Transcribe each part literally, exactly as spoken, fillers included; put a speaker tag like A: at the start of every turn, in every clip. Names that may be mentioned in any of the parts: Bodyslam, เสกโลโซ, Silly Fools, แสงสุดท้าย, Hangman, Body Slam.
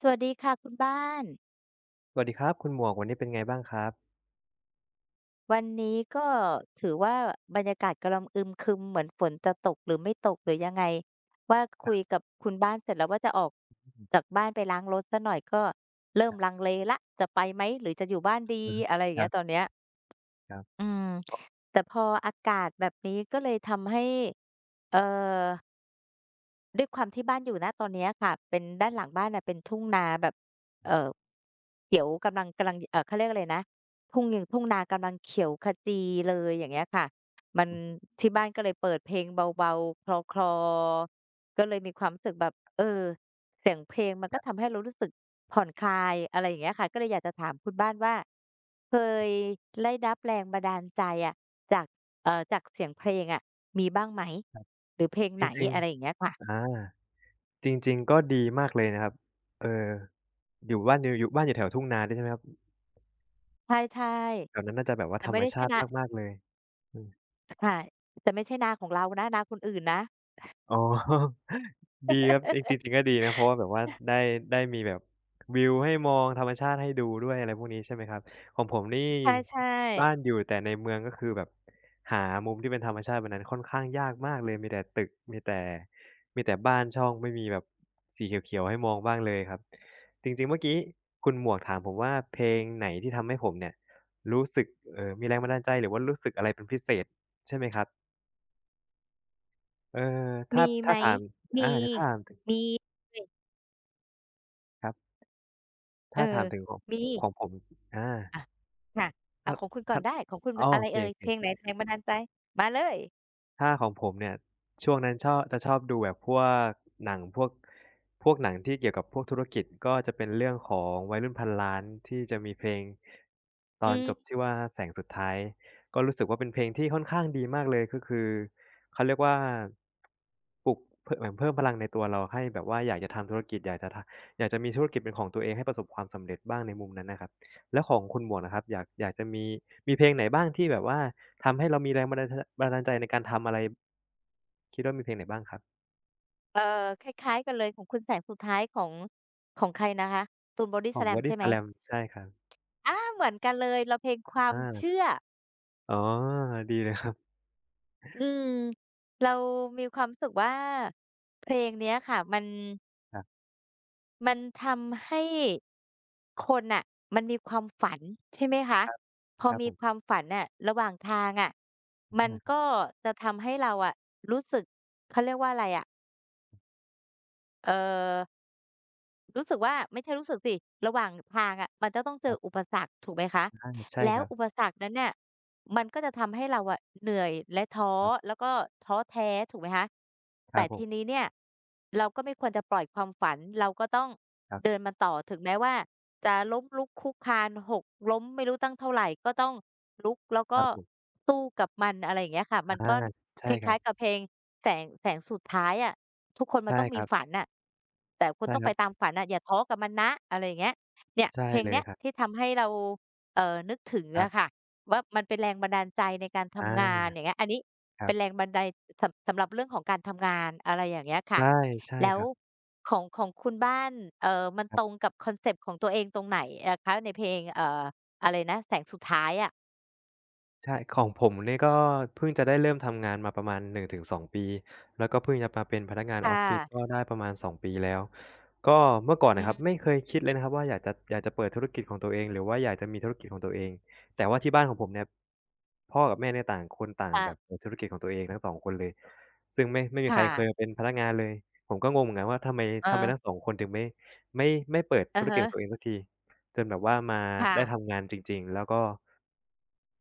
A: สวัสดีค่ะคุณบ้าน
B: สวัสดีครับคุณหมวกวันนี้เป็นไงบ้างครับ
A: วันนี้ก็ถือว่าบรรยากาศกำลังอึมครึมเหมือนฝนจะตกหรือไม่ตกหรือยังไงว่าคุยกับคุณบ้านเสร็จแล้วว่าจะออก
B: อื
A: จา
B: ม
A: กบ้านไปล้างรถเสียหน่อยก็เริ่
B: ค
A: ม
B: รับ
A: ลังเลละจะไปไหมหรือจะอยู่บ้านดี
B: อือฮึ
A: อะไรอย่า
B: ค
A: ง
B: รั
A: เงี้ยตอ
B: บ
A: นเนี้ย
B: ครับ
A: อืม
B: ก็
A: แต่พออากาศแบบนี้ก็เลยทำให้เอ่อ ด้วยความที่บ้านอยู่ณตอนเนี้ยค่ะเป็นด้านหลังบ้านน่ะเป็นทุ่งนาแบบเอ่อเขียวกำลังกำลังเอ่อเขาเรียกอะไรนะทุ่งยังทุ่งนากำลังเขียวขจีเลยอย่างเงี้ยค่ะมันที่บ้านก็เลยเปิดเพลงเบาๆคลอๆก็เลยมีความรู้สึกแบบเออเสียงเพลงมันก็ทำให้เรารู้สึกผ่อนคลายอะไรอย่างเงี้ยค่ะก็เลยอยากจะถามคุณบ้านว่าเคยได้รับแรงบันดาลใจอะจากเอ่อจากเสียงเพลงอะมีบ้างไหมหรือเพลง
B: จ
A: ไหน
B: ริง
A: อะไรอย่างเงี้ยค่ะ
B: ๆอาจริงๆก็ดีมากเลยนะครับเอออยู่บ้านอยู่อยู่บ้านอยู่แถวทุ่งนาด้วยใช่ไหมครับ
A: ใช่
B: แถว
A: ๆ
B: นั้นน่าจะแบบว่า
A: แต่
B: ธร
A: ไม่
B: รม
A: ได้
B: ชา
A: ใช่
B: ติ
A: นา
B: มากๆเลยอืม
A: ค่ะแต่ไม่ใช่นาของเรานะนาคนอื่นนะ
B: อ๋อ ดีครับจริ งๆก็ดีนะเพราะว่าแบบว่าได้ได้มีแบบวิวให้มองธรรมชาติให้ดูด้วยอะไรพวกนี้ใช่ไหมครับของผมนี่
A: ใช่
B: บ้าน
A: ๆ
B: อยู่แต่ในเมืองก็คือแบบหามุมที่เป็นธรรมชาติแบบนั้นค่อนข้างยากมากเลยมีแต่ตึกมีแต่มีแต่บ้านช่องไม่มีแบบสีเขียวๆให้มองบ้างเลยครับจริงๆเมื่อกี้คุณหมวกถามผมว่าเพลงไหนที่ทำให้ผมเนี่ยรู้สึกเอ่อมีแรงบันดาลใจหรือว่ารู้สึกอะไรเป็นพิเศษใช่ไหมครับเออถ้า
A: มีไหม
B: ถ้าถามอา
A: มี
B: แต่ถ้าถาม
A: มีเลย
B: ครับ
A: เอ
B: ถ้าถา
A: อ
B: มถึงของ
A: มี
B: ของผมอา
A: อะค่ะเอา
B: ถ้า
A: ของคุณก่อน
B: ถ้า
A: ได้ของคุณ
B: อ๋อ
A: อะ
B: โอ
A: ไร
B: เค
A: เอ่ยเพลง
B: ๆ
A: ไหนแรงบันดาลใจมาเลย
B: ถ้าของผมเนี่ยช่วงนั้นชอบจะชอบดูแบบพวกหนังพวกพวกหนังที่เกี่ยวกับพวกธุรกิจก็จะเป็นเรื่องของวัยรุ่นพันล้านที่จะมีเพลงตอ
A: อื
B: น
A: ม
B: จบที่ว่าแสงสุดท้ายก็รู้สึกว่าเป็นเพลงที่ค่อนข้างดีมากเลยก็คือเขาเรียกว่าปลุกพเหมือนเพิ่มพลังในตัวเราให้แบบว่าอยากจะทำธุรกิจอยากจะทำอยากจะมีธุรกิจเป็นของตัวเองให้ประสบความสำเร็จบ้างในมุมนั้นนะครับแล้วของคุณหมวกนะครับอยากอยากจะมีมีเพลงไหนบ้างที่แบบว่า ทำให้เรามีแรงบันดาลทบันดาลใจในการทำอะไรคิดว่ามีเพลงไหนบ้างครับ
A: เอ่อคล้ายๆกันเลยของคุณแสงสุดท้ายของของใครนะคะตูน Body
B: ของ
A: Slam ใช่ไหม
B: Bodyslam ใช่ครับ
A: อาเหมือนกันเลยเราเพลงความ
B: อา
A: เชื่อ
B: อ๋อดีเลยครับ
A: อืมเรามีความรู้สึกว่าเพลงเนี้ยค่ะมัน
B: ครับ
A: มันทำให้คนน่ะมันมีความฝันใช่ไหมคะ
B: ครับ
A: พอ
B: ครับ
A: มี
B: ผ
A: ควา
B: ม
A: มฝันน่ะระหว่างทางอะมัน
B: อา
A: ก็จะทำให้เราอะรู้สึกเขาเรียกว่าอะไรอะเอ่อรู้สึกว่าไม่ใช่รู้สึกสิระหว่างทางอะมันจะต้องเจ
B: ครั
A: ออุ
B: บ
A: ปสรรคถูกไหมคะ
B: อาใช่
A: แล้
B: ค
A: ว
B: รับ
A: อุปสรรคนั้นน่ะ มันก็จะทำให้เราอะเหนื่อยและท้อ
B: ครับ
A: แล้วก็ท้อแท้ถูกไหมคะ
B: ครั
A: แต่
B: บผม
A: ทีนี้เนี่ยเราก็ไม่ควรจะปล่อยความฝันเราก็ต้อง
B: ครั
A: เดิน
B: บ
A: มันต่อถึงแม้ว่าจะล้มลุกคลุกคลานหกล้มไม่รู้ตั้งเท่าไรก็ต้องลุกแล้ว
B: ค
A: ก็
B: รับผม
A: สู้กับมันอะไรอย่างเงี้ยค่ะมั
B: อา
A: นก็ค
B: ใช่ครั
A: ล้า
B: บ
A: ยๆกับเพลงแสงแสงสุดท้ายอะทุกคนมัน
B: ใช่
A: ต้อง
B: ค
A: มี
B: รับ
A: ฝันน่ะแต่คุณ
B: ใช่
A: ต้อง
B: ค
A: ไป
B: รั
A: ตาม
B: บ
A: ฝันน่ะอย่าท้อกับมันนะอะไรอย่างเงี้ยเนี่ย
B: ใช่
A: เพลง
B: เลย
A: เนี้ย
B: ครั
A: ที่
B: บ
A: ทำให้เราเอ่อนึกถึง
B: ครั
A: อะค่ะ
B: บ
A: ว่ามันเป็นแรงบันดาลใจในการ
B: อ
A: ทำงาน
B: า
A: อย่างเงี้ยอันนี้
B: ครั
A: เป็นแรง
B: บ
A: บันไดสำสำหรับเรื่องของการทำงานอะไรอย่างเงี้ยค่ะ
B: ใช่ใช่
A: แล้
B: ค
A: ว
B: รับ
A: ของของคุณบ้านเอ่อมัน
B: ครั
A: ตรง
B: บ
A: กับคอนเซปต์ของตัวเองตรงไหนอะคะในเพลงเอ่ออะไรนะแสงสุดท้ายอะ
B: ใช่ของผมนี่ก็เพิ่งจะได้เริ่มทำงานมาประมาณหนึ่งถึงสองปีแล้วก็เพิ่งจะมาเป็นพนักงานอ
A: ค่
B: อฟฟิศก็
A: ะ
B: ได้ประมาณสองปีแล้วก็เมื่อก่อน
A: อื
B: น่ะค
A: ม
B: รับไม่เคยคิดเลยนะครับว่าอยากจะอยากจะเปิดธุรกิจของตัวเองหรือว่าอยากจะมีธุรกิจของตัวเองแต่ว่าที่บ้านของผมเนี่ยพ่อกับแม่เนี่ยต่างคนต่างแบบ
A: ค่ะ
B: เปิดธุรกิจของตัวเองทั้งสองคนเลยซึ่งไม่ไม่มีใคร
A: ค่ะ
B: เคยเป็นพนักงานเลยผมก็งงเหมือนกันว่าทำไม
A: เออ
B: ทำไมทั้งสองคนถึงไม่ไม่ไม่เปิดธุ
A: อะ
B: รกิจ
A: ฮะ
B: ของตัวเองสักที จนแบบว่ามา
A: ค่ะ
B: ได้ทำงานจริงๆแล้วก็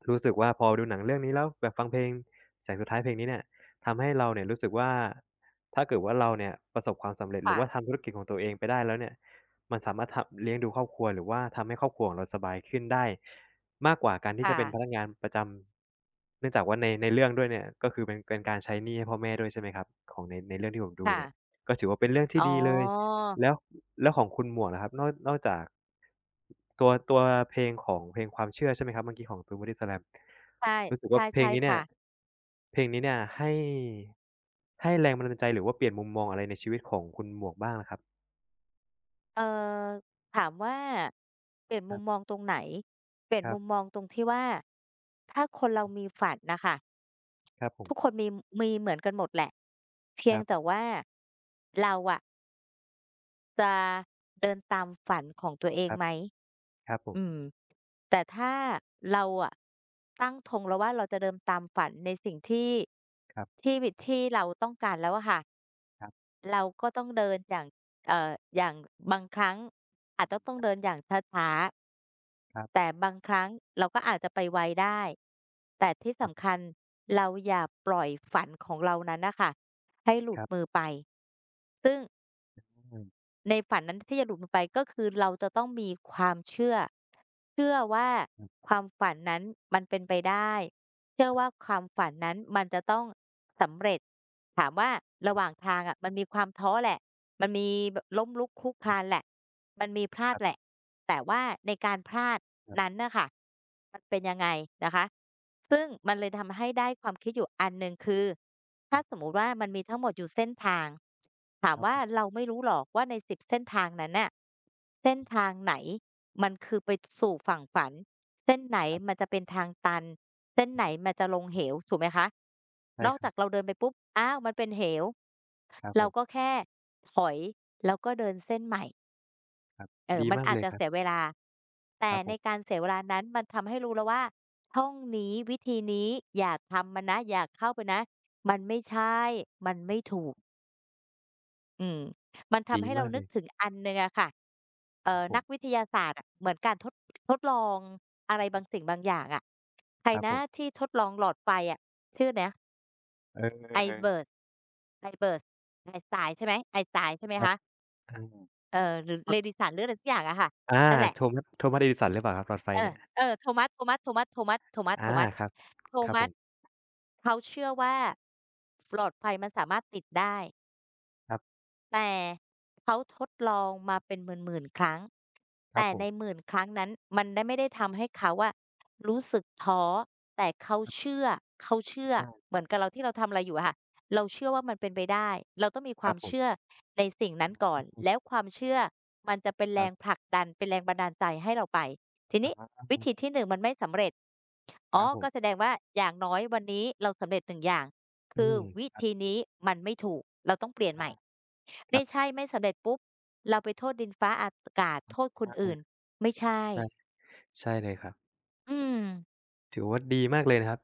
B: รู้สึกว่าพอดูหนังเรื่องนี้แล้วแบบฟังเพลงแสงสุดท้ายเพลงนี้เนี่ยทำให้เราเนี่ยรู้สึกว่าถ้าเกิดว่าเราเนี่ยประสบความสำเร็จหรือ
A: ค่ะ
B: ว่าทำธุรกิจของตัวเองไปได้แล้วเนี่ยมันสามารถทำเลี้ยงดูครอบครัวหรือว่าทำให้ครอบครัวของเราสบายขึ้นได้มากกว่าการที่จะ
A: ค่ะ
B: เป็นพนักงานประจำเนื่องจากว่าในในเรื่องด้วยเนี่ยก็คือเป็นเป็นการใช้หนี้ให้พ่อแม่ด้วยใช่ไหมครับของในในเรื่องที่ผมดู
A: ค่ะ
B: เนี่ยก็ถือว่าเป็นเรื่อง
A: อ๋
B: ที่
A: อ
B: ดีเลย แล้วแล้วของคุณหมวกนะครับนอกนอกจากตัวตัวเพลงของเพลงความเชื่อใช่ไหมครับเมื่อกี้ของต r u e Body Slam
A: ใช่
B: รู้สึกว่า
A: ใช่
B: เพล
A: ใช่
B: งนี้เนี่ย
A: ค่ะ
B: เพลงนี้เนี่ยให้ให้แรงบันดาลใจหรือว่าเปลี่ยนมุมมองอะไรในชีวิตของคุณหมวกบ้างล่ะครับ
A: เอ่อถามว่าเปลี่ยน
B: ค
A: มุ
B: รั
A: มมอง
B: บ
A: ตรงไหนเปลี่ยน
B: ครั
A: มุ
B: บ
A: มมองตรงที่ว่าถ้าคนเรามีฝันน่ะค่ะ
B: ครับผม
A: ทุกคนมีมีเหมือนกันหมดแหละเพี
B: ค
A: ยง
B: รั
A: แต่
B: บ
A: ว่าเราอะจะเดินตามฝันของตัวเอ
B: ค
A: ง
B: รับ
A: ไหม
B: ครับผม
A: อืม แต่ถ้าเราอะตั้งธงแล้วว่าเราจะเดินตามฝันในสิ่งที่
B: ครับ
A: ที่วิที่เราต้องการแล้วอะค่ะ
B: ครับ
A: เราก็ต้องเดินอย่างเอ่ออย่างบางครั้งอาจจะต้องเดินอย่างช้า
B: ครั
A: ๆ
B: บ
A: แต่บางครั้งเราก็อาจจะไปไวได้แต่ที่สำคัญเราอย่าปล่อยฝันของเรานั้นน่ะค่ะให้หลุ
B: ค
A: ด
B: รั
A: มื
B: บ
A: อไปซึ่ง
B: อืม
A: ในฝันนั้นที่จะหลุดลงไปก็คือเราจะต้องมีความเชื่อเชื่อว่า
B: อือ
A: ความฝันนั้นมันเป็นไปได้เชื่อว่าความฝันนั้นมันจะต้องสำเร็จ ถามว่าระหว่างทางอะมันมีความท้อแหละมันมีแบบล้มลุกคลุกคลานแหละมันมีพลา
B: ค
A: ด
B: รั
A: แหละ
B: บ
A: แต่ว่าในการพลาด
B: ครั
A: นั้
B: บ
A: นน่ะค่ะมันเป็นยังไงนะคะซึ่งมันเลยทำให้ได้ความคิดอยู่อันหนึ่งคือถ้าสมมุติว่ามันมีทั้งหมดอยู่เส้นทางถา
B: ค
A: ม
B: รับ
A: ว่า
B: ผม
A: เราไม่รู้หรอกว่าในสิบเส้นทางนั้นน่ะเส้นทางไหนมันคือไปสู่ฝั่งฝันเส้นไหนมันจะเป็นทางตันเส้นไหนมันจะลงเหวถูกไหมคะ
B: ใช่
A: นอก
B: ครั
A: จา
B: บ
A: กเราเดินไปปุ๊บอ้าวมันเป็นเหว
B: ครับผ
A: เรา
B: ม
A: ก็แค่ถอยแล้วก็เดินเส้นใหม่
B: ครับ
A: เออ
B: ดี
A: มัน
B: มาก
A: อาจ
B: เลย
A: จะ
B: ครับ
A: เสียเวลา
B: ค
A: แต่
B: รับผ
A: ใน
B: ม
A: การเสียเวลานั้นมันทำให้รู้แล้วว่าช่องนี้วิธีนี้อย่าทำมันนะอย่าเข้าไปนะมันไม่ใช่มันไม่ถูกอืมมัน
B: ดี
A: ทำให้เรา
B: มาก
A: นึ
B: เล
A: ก
B: ย
A: ถึงอันหนึ่งอะค่ะเอ่
B: ครั
A: อ
B: บผ
A: นั
B: ม
A: กวิทยาศาสตร์อะเหมือนการทดทดลองอะไรบางสิ่งบางอย่างอะใคร
B: ครับผ
A: นะ
B: ม
A: ที่ทดลองหลอดไฟอะชื่อนะ
B: เออ
A: iBird iBird i-style ใช่ไหม i-style ใช่ไหม
B: ครับ
A: คะ
B: อ
A: เอ่อหรือเ e ดิ
B: า
A: สันหรืออะไรสักอย่างอะค่ะ
B: อา
A: นั่นแหละ
B: โทมัสโทมัสเอดิสันหรือเปล่าครับหลอดไฟ
A: เออ
B: เนี่ย
A: เออโทมัสโทมัสโทมัสโทมัสโทมัส
B: อา
A: โทมัส
B: ครับ
A: โท
B: ครับ
A: มั
B: ผ
A: ส
B: ม
A: เขาเชื่อว่าหลอดไฟมันสามารถติดได้
B: ครับ
A: แต่เขาทดลองมาเป็นหมื่นๆครั้ง
B: ครับ
A: แต่
B: ผ
A: ใน
B: ม
A: หมื่นครั้งนั้นมันได้ไม่ได้ทำให้เขาอะรู้สึกท้อแต่เขา
B: ครับ
A: เชื่อเขาเชื่อ
B: อา
A: เหมือนกับเราที่เราทำอะไรอยู่อะค่ะเราเชื่อว่ามันเป็นไปได้เราต้องมีค
B: ค
A: วา
B: รั
A: ม
B: บผ
A: เชื่อ
B: ม
A: ในสิ่งนั้นก่อน
B: อา
A: แล้วความเชื่อมันจะเป็น
B: ค
A: แร
B: รั
A: งผ
B: บ
A: ลักดันเป็นแรงบันดาลใจให้เราไปที
B: อา
A: นี้
B: คร
A: วิ
B: ั
A: ธีที่หนงมันไม่สำเร็จ
B: บ
A: อ๋อ
B: ผ
A: ก็
B: ม
A: แสดงว่าอย่างน้อยวันนี้เราสำเร็จหนึ่งอย่าง
B: อื
A: คือ
B: ม
A: วิ
B: ครับ
A: ธีนี้มันไม่ถูกเราต้องเปลี่ยนให
B: อา
A: ม่
B: ครั
A: ไม่
B: บ
A: ใช่ไม่สำเร็จปุ๊บเราไปโทษดินฟ้าอากาศโทษคน
B: อา
A: อื่นไม่ใช่
B: ใช่ใช่เลยครับ
A: อืม
B: ถือว่าดีมากเลยนะครับ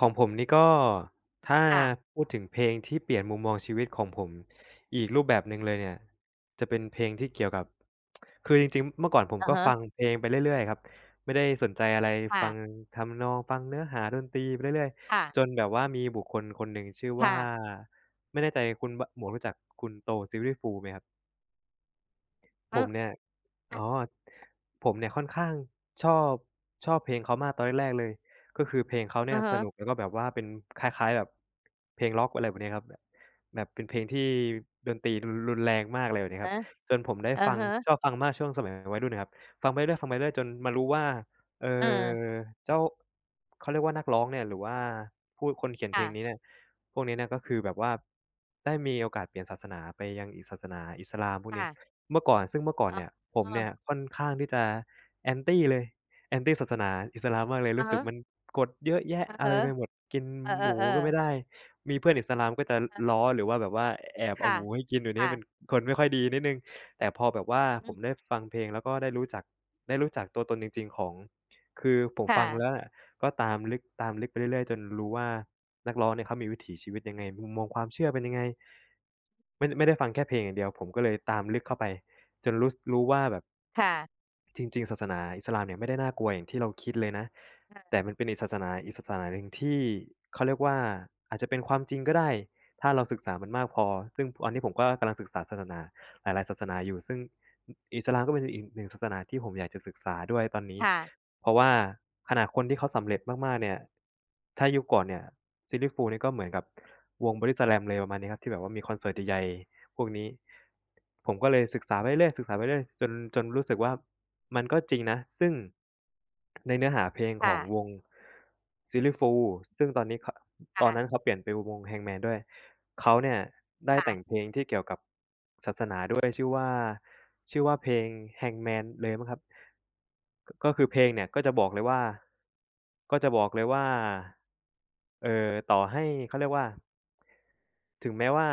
B: ของผมนี่ก็ถ้า
A: ค่ะ
B: พูดถึงเพลงที่เปลี่ยนมุมมองชีวิตของผมอีกรูปแบบหนึ่งเลยเนี่ยจะเป็นเพลงที่เกี่ยวกับคือจริงๆเมื่อก่อนผม
A: อะ
B: ก็
A: ฮะ
B: ฟังเพลงไปเรื่อยๆครับไม่ได้สนใจอะไรฟัง
A: ค่ะ
B: ทำนองฟังเนื้อหาดนตรีไปเรื่อย
A: ค่ะ
B: ๆจนแบบว่ามีบุคคลคนหนึ่งชื่อว่า
A: ค่ะ
B: ไม่แน่ใจคุณบหมวกรู้จักคุณโต Silly Fools ไหมครับ
A: เอ
B: ผ
A: อ
B: มเนี่ย
A: อะ
B: อ๋อผมเนี่ยค่อนข้างชอบชอบเพลงเขามากตอนแรกๆเลยก็คือเพลงเขาเนี่
A: อะ
B: ยสนุก
A: ฮะ
B: แล้วก็แบบว่าเป็นคล้ายๆแบบเพลงร็อกอะไรแบบเนี้ยครับแบบแบบเป็นเพลงที่ดนตรีรุนรุนแรงมากอะไรแบบนี้ครับ
A: อะ
B: จนผมได้
A: อะ
B: ฟัง
A: ฮะ
B: ชอบฟังมากช่วงสมัยวัยรุ่นนะครับฟังไปเรื่อยฟังไปเรื่อยจนมารู้ว่าเอ่อ
A: เออ
B: เจ้าเขาเรียกว่านักร้องเนี่ยหรือว่าผู้คนเขียนเพลงนี้
A: ค่ะ
B: เนี่ยพวกนี้เนี่ยก็คือแบบว่าได้มีโอกาสเปลี่ยนศาสนาไปยังอิศาสนาอิสลามพวกนี้
A: ค่ะ
B: เมื่อก่อนซึ่งเมื่อก่อน
A: อ๋อ
B: เนี่ยผมเนี่ยค่อนข้างที่จะ Anti เลย แอนตี้ ศาสนาอิสลามมากเลย
A: อะ
B: รู้สึก
A: ฮะ
B: มันกฎเยอะแยะ
A: อะ
B: อะไร
A: ฮะ
B: ไปหมดกิน
A: เอ
B: หมู
A: อ
B: ก็ไม่
A: ๆ
B: ได้
A: ๆ
B: มีเพื่อนอิสลามก็จะ
A: เออ
B: ล้อหรือว่าแบบว่าแอบเอา
A: ค่ะ
B: หมูให้กินอยู่เนี่ยเป็น
A: ค่ะ
B: คนไม่ค่อยดีนิดหนึ่งแต่พอแบบว่า
A: อื
B: ผม
A: ม
B: ได้ฟังเพลงแล้วก็ได้รู้จักได้รู้จักตัวตนจริงๆของคือผม
A: ค่ะ
B: ฟังแล้วอะก็ตามลึกตามลึกไปเรื่อยๆจนรู้ว่า นักร้องเนี่ยเขามีวิถีชีวิตยังไงมุมมองความเชื่อเป็นยังไงไม่ไม่ได้ฟังแค่เพลงอย่างเดียว ผมก็เลยตามลึกเข้าไปจนรู้สรู้ว่าแบบ
A: ค่ะ
B: จริงๆศาสนาอิสลามเนี่ยไม่ได้น่ากลัวอย่างที่เราคิดเลยนะ
A: เออ
B: แต่มันเป็นอีกศาสนาอีกศาสนาหนึ่งที่เขาเรียกว่าอาจจะเป็นความจริงก็ได้ถ้าเราศึกษามันมากพอซึ่งตอนนี้ผมก็กำลังศึกษาศาสนาหลายๆศาสนาอยู่ซึ่งออิสลามก็เป็นอีกหนึ่งศาสนาที่ผมอยากจะศึกษาด้วยตอนนี้
A: ค่ะ
B: เพราะว่า
A: เออ
B: ขนาดคนที่เขาสำเร็จมากๆเนี่ยถ้ายุคก่อนเนี่ย ซิลลี่ ฟูลส์ นี่ก็เหมือนกับวง บอดี้สแลม เลยประมาณนี้ครับที่แบบว่ามีคอนเสิร์ตใหญ่ๆ พวกนี้ผมก็เลยศึกษาไปเรื่อยศึกษาไปเรื่อยจนจนรู้สึกว่ามันก็จริงนะซึ่งในเนื้อหาเพลงของว
A: ค่ะ
B: ง ซิลลี่ ฟูล ซึ่งตอนนี้ขตอนนั้น
A: ค่ะ
B: เขาเปลี่ยนเป็นวง Hangman ด้วยเขาเนี่ยได้แต่ง
A: ค่ะ
B: เพลงที่เกี่ยวกับ ด้วยชื่อว่าชื่อว่าเพลง Hangman เลยมั้งครับกก็คือเพลงเนี่ยก็จะบอกเลยว่าก็จะบอกเลยว่าเอ่อต่อให้เขาเรียกว่าถึงแม้ว่า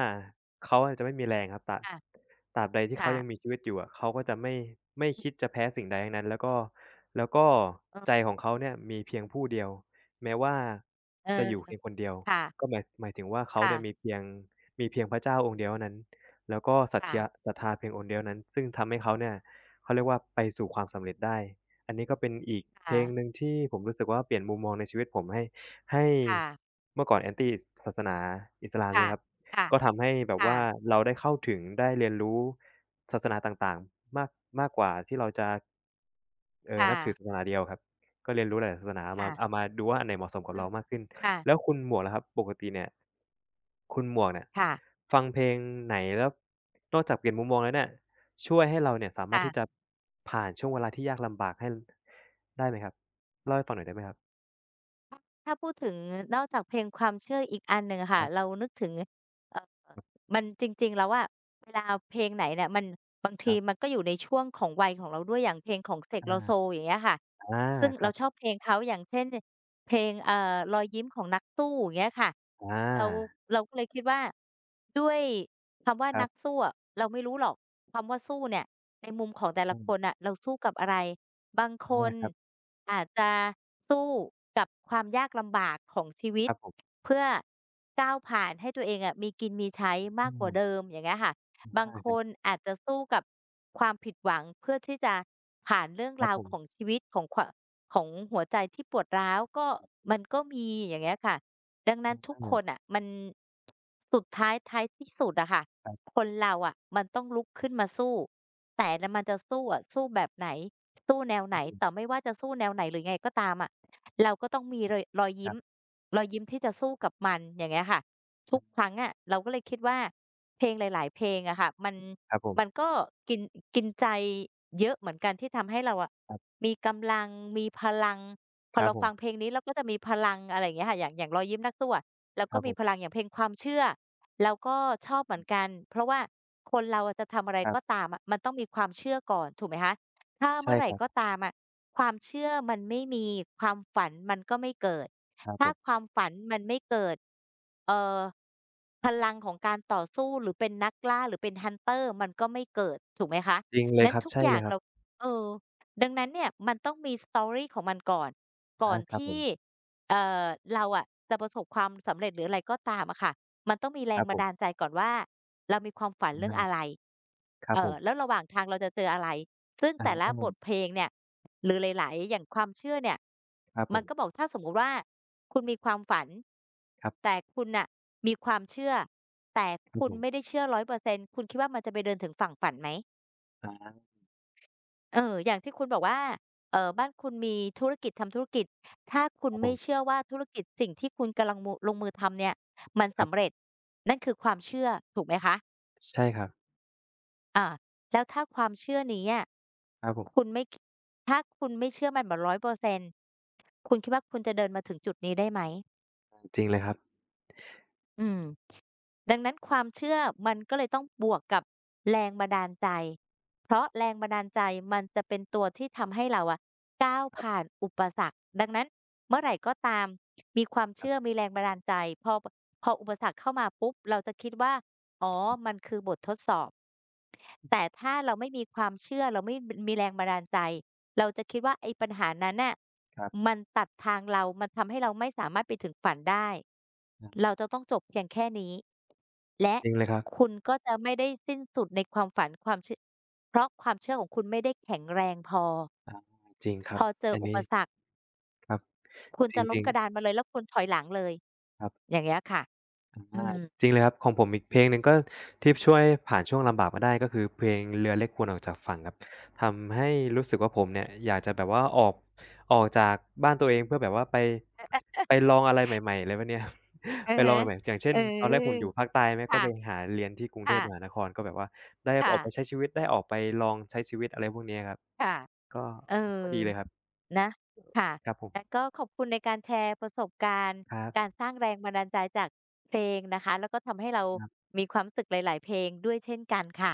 B: เขาอะจะไม่มีแรงครับตราบ
A: ค่ะ
B: ตราบใดที่เขา
A: ค่ะ
B: ยังมีชีวิตอยู่อะเขาก็จะไม่ไม่คิดจะแพ้สิ่งใดทั้งนั้นแล้วก็แล้วก็
A: เออ
B: ใจของเขาเนี่ยมีเพียงผู้เดียวแม้ว่า
A: เออ
B: จะอยู่เพียงคนเดียว
A: ค่ะ
B: ก็หมายหมายถึงว่าเขา
A: ค่ะ
B: เนี่ยมีเพียงมีเพียงพระเจ้าองค์เดียวเท่านั้น แล้วก็ศรัท
A: ค่ะ
B: เทียศรัทธาเพียงองค์เดียวนั้นซึ่งทำให้เขาเนี่ยเขาเรียกว่าไปสู่ความสำเร็จได้ อันนี้ก็เป็นอีกเพล
A: ค่ะ
B: งหนึ่งที่ผมรู้สึกว่าเปลี่ยนมุมมองในชีวิตผมให้ให้
A: ค่ะ
B: เมื่อก่อน Anti ศศาสนาอิสลามใช่ไห
A: ค่ะ
B: มครับ
A: ค่ะ
B: ก็ทำให้แบบ
A: ค่ะ
B: ว่าเราได้เข้าถึงได้เรียนรู้ศาสนาต่างๆมากมากกว่าที่เราจะเอ่อ
A: ค่ะ
B: นับถือศาสนาเดียวครับ ก็เรียนรู้หลายศาสนาเอา
A: ค่ะ
B: มาเอา
A: ค่ะ
B: มาดูว่าอันไหนเหมาะสมกับ
A: อืม
B: เรามากขึ้น
A: ค่ะ
B: แล้วคุณหมวกล่ะครับปกติเนี่ยคุณหมวกเนี่ย
A: ค่ะ
B: ฟังเพลงไหนแล้วนอกจากเปลี่ยนมุมมองแล้วเนี่ยช่วยให้เราเนี่ยสามารถที่จะผ่านช่วงเวลาที่ยากลำบากให้ได้ไหมครับเล่าให้ฟังหน่อยได้ไหมครับ
A: ถ้าถ้าพูดถึงนอกจากเพลงความเชื่ออีกอันหนึ่งอะ
B: ค
A: ค่ะ
B: รั
A: เรา
B: บ
A: นึกถึงเอ่อมันจริงๆแล้วอะเวลาเพลงไหนเนี่ยมันบาง
B: ค
A: ที
B: รั
A: มัน
B: บ
A: ก็อยู่ในช่วงของวัยของเราด้วยอย่างเพลงของเสกโลโซ
B: อา
A: อย่างเงี้ยค่ะ
B: อา
A: ซึ่ง
B: ค
A: เรา
B: รับ
A: ชอบเพลงเขาอย่างเช่นเพลงเอ่อรอยยิ้มของนักสู้อย่างเงี้ยค่ะ
B: อา
A: เราเราก็เลยคิดว่าด้วยคำว่า
B: ครั
A: นัก
B: บ
A: สู้อะเราไม่รู้หรอกคำว่าสู้เนี่ยในมุมของแต่ละ
B: อืม
A: คนน่ะเราสู้กับอะไร บางค
B: อา
A: น
B: ครับ
A: อาจจะสู้กับความยากลำบากของชีวิ
B: ค
A: ต
B: รับผม
A: เพื่อก้าวผ่านให้ตัวเองอะมีกินมีใช้มา
B: อื
A: กกว่า
B: ม
A: เดิมอย่างเงี้ยค่ะ
B: อา
A: บางค
B: ครั
A: น
B: บ
A: อาจจะสู้กับความผิดหวังเพื่อที่จะผ่านเรื่อง
B: ครับ
A: ราว
B: ผ
A: ของ
B: ม
A: ชีวิตของขวาของหัวใจที่ปวดร้าวก็มันก็มีอย่างเงี้ยค่ะดังนั้นทุ
B: อา
A: กคน
B: ค
A: น่ะมันสุดท้ายท้ายที่สุดอะค่ะค
B: รับ
A: นเราอะมันต้องลุกขึ้นมาสู้แต่นมันจะสู้อะสู้แบบไหน สู้แนวไหน
B: อืม
A: แต่ไม่ว่าจะสู้แนวไหนหรือยังไงก็ตามอะเราก็ต้องมีรอยรอย
B: ค
A: ยิ้
B: รั
A: ม
B: บ
A: รอยยิ้มที่จะสู้กับมันอย่างเงี้ยค่ะทุกครั้งอะเราก็เลยคิดว่าเพลงหลายๆเพลงอะค่ะมัน
B: ครับผ
A: มัน
B: ม
A: ก็กินกินใจเยอะเหมือนกันที่ทำให้เราอะ
B: ครับ
A: มีกำลังมีพลังพ
B: ค
A: อ
B: รับ
A: เรา
B: ผ
A: ฟั
B: ม
A: งเพลงนี้เราก็จะมีพลังอะไรอย่างเงี้ยค่ะอย่างอย่างรอยยิ้มนักสู้อะเรา
B: ค
A: ก็
B: รับผ
A: มีพลั
B: ม
A: งอย่างเพลงความเชื่อเราก็ชอบเหมือนกันเพราะว่าคนเราอะจะทำอะไร
B: ครั
A: ก็
B: บ
A: ตามอะมันต้องมีความเชื่อก่อนถูกไหมคะ ถ้าเมื่
B: ใช่
A: อไหร
B: ครั
A: ก็
B: บ
A: ตามอะความเชื่อมันไม่มีความฝันมันก็ไม่เกิด
B: ครับผ
A: ถ้าค
B: ม
A: วามฝันมันไม่เกิดเอ่อพลังของการต่อสู้หรือเป็นนักล่าหรือเป็น Hunter มันก็ไม่เกิดถูกไหมคะ
B: จริงเลย
A: นั้น
B: ครับ
A: ทุก
B: ใช่
A: อ
B: เล
A: ย่าง
B: ยครับ
A: เราเออดังนั้นเนี่ยมันต้องมี Story ของมันก่อนก่อ
B: อา
A: น
B: ครับผ
A: ที่
B: ม
A: เอ่อเราอะจะประสบความสำเร็จหรืออะไรก็ตามอะค่ะมันต้องมีแร
B: ค
A: ง
B: รับผ
A: บันดาล
B: ม
A: ใจก่อนว่าเรามีความฝันเรื่อ
B: อา
A: งอะไร
B: ครับ
A: เอ่
B: ผ
A: อ
B: ม
A: แล้วระหว่างทางเราจะเจออะไร ซึ่ง
B: อา
A: แต่
B: ค
A: ละ
B: รับผ
A: บทเพ
B: ม
A: ลงเนี่ยหรือหลายๆอย่างความเชื่อเนี่ย
B: ครั
A: มันก็บอ
B: บ
A: กถ้าสมมุติว่าคุณมีความฝัน
B: ค
A: แต่คุณน่ะมีความเชื่อแต่
B: รับ
A: คุ
B: ผ
A: ณ
B: ม
A: ไม่ได้เชื่อหนึ่งร้อยเปอร์เซ็นต์คุณคิดว่ามันจะไปเดินถึงฝั่งฝันไหม
B: อา
A: เอออย่างที่คุณบอกว่าเอ่อบ้านคุณมีธุรกิจทำธุรกิจถ้าคุณ
B: ครับผ
A: ไม่เชื่
B: ม
A: อว่าธุรกิจสิ่งที่คุณกำลังมุลงมือทำเนี่ยมัน
B: ครั
A: สำเร็
B: บ
A: จนั่นคือความเชื่อถูกไหมคะ
B: ใช่ครับ
A: อ่าแล้วถ้าความเชื่อนี้อะ
B: ครับผม
A: คุณไม่ถ้าคุณไม่เชื่อมันแบบหนึ่งร้อยเปอร์เซ็นต์คุณคิดว่าคุณจะเดินมาถึงจุดนี้ได้ไหม
B: จริงเลยครับ
A: อืม ดังนั้นความเชื่อมันก็เลยต้องบวกกับแรงบันดาลใจ เพราะแรงบันดาลใจมันจะเป็นตัวที่ทำให้เราอะก้าวผ่านอุปสรรคดังนั้นเมื่อไหร่ก็ตามมีความ
B: ครั
A: เชื่อ
B: บ
A: มีแรงบันดาลใจพอพออุปสรรคเข้ามาปุ๊บเราจะคิดว่าอ๋อมันคือบททดสอบแต่ถ้าเราไม่มีความเชื่อเราไม่มมีแรงบันดาลใจ เราจะคิดว่าไอ้ปัญหานั้นน่ะ
B: ครับ
A: มันตัดทางเรา มันทำให้เราไม่สามารถไปถึงฝันได้
B: อา
A: เราจะต้องจบเพียงแค่นี้และ
B: จริงเลยครับ
A: คุณก็จะไม่ได้สิ้นสุดในความฝันความเชื่อเพราะความเชื่อของคุณไม่ได้แข็งแรงพอ
B: อาจริงค
A: พ
B: รับ
A: อเจอ
B: อัน
A: อุป
B: นี้
A: สรรค
B: ครับ
A: คุณ
B: จ
A: จะล้ม
B: ริง
A: กระ
B: ๆ
A: ดานมาเลยแล้วคุณถอยหลังเลย
B: ครั
A: อ
B: บ
A: ย่างเงี้ยค่ะ
B: อ
A: อื
B: า
A: ม
B: จริงเลยครับของผมอีกเพลงหนึ่งก็ที่ช่วยผ่านช่วงลำบากมาได้ก็คือเพลงเรือเล็กควรออกจากฝั่งครับทำให้รู้สึกว่าผมเนี่ยอยากจะแบบว่าออกออกจากบ้านตัวเองเพื่อแบบว่าไปไปลองอะไรใหม่ๆอะไรแบบเนี้ย
A: อะ
B: ไปลอ
A: ฮะ
B: งใหม่ๆอย่างเช่
A: เอ
B: นตอนแรกผมอ
A: อ
B: ยู่ภาคใต้ใช่ไหมก็
A: ค่ะ
B: ไปหาเรียนที่กรุงเทพมหา
A: ค่ะ
B: นครก็แบบว่าได้อ
A: ค่ะ
B: อกไปใช้ชีวิตได้ออกไปลองใช้ชีวิตอะไรพวกเนี้ยครับ
A: ค่ะ
B: ก็
A: เออ
B: ก็ดีเลยครับ
A: นะค่ะ
B: ครับผม
A: แล้วก็ขอบคุณในการแชร์ประสบการณ์
B: ครั
A: การ
B: บ
A: สร้างแรงบันดาลใจจากเพลงนะคะแล้วก็ทำให้เรามีความรู้สึกหลายๆเพลงด้วยเช่นกันค่ะ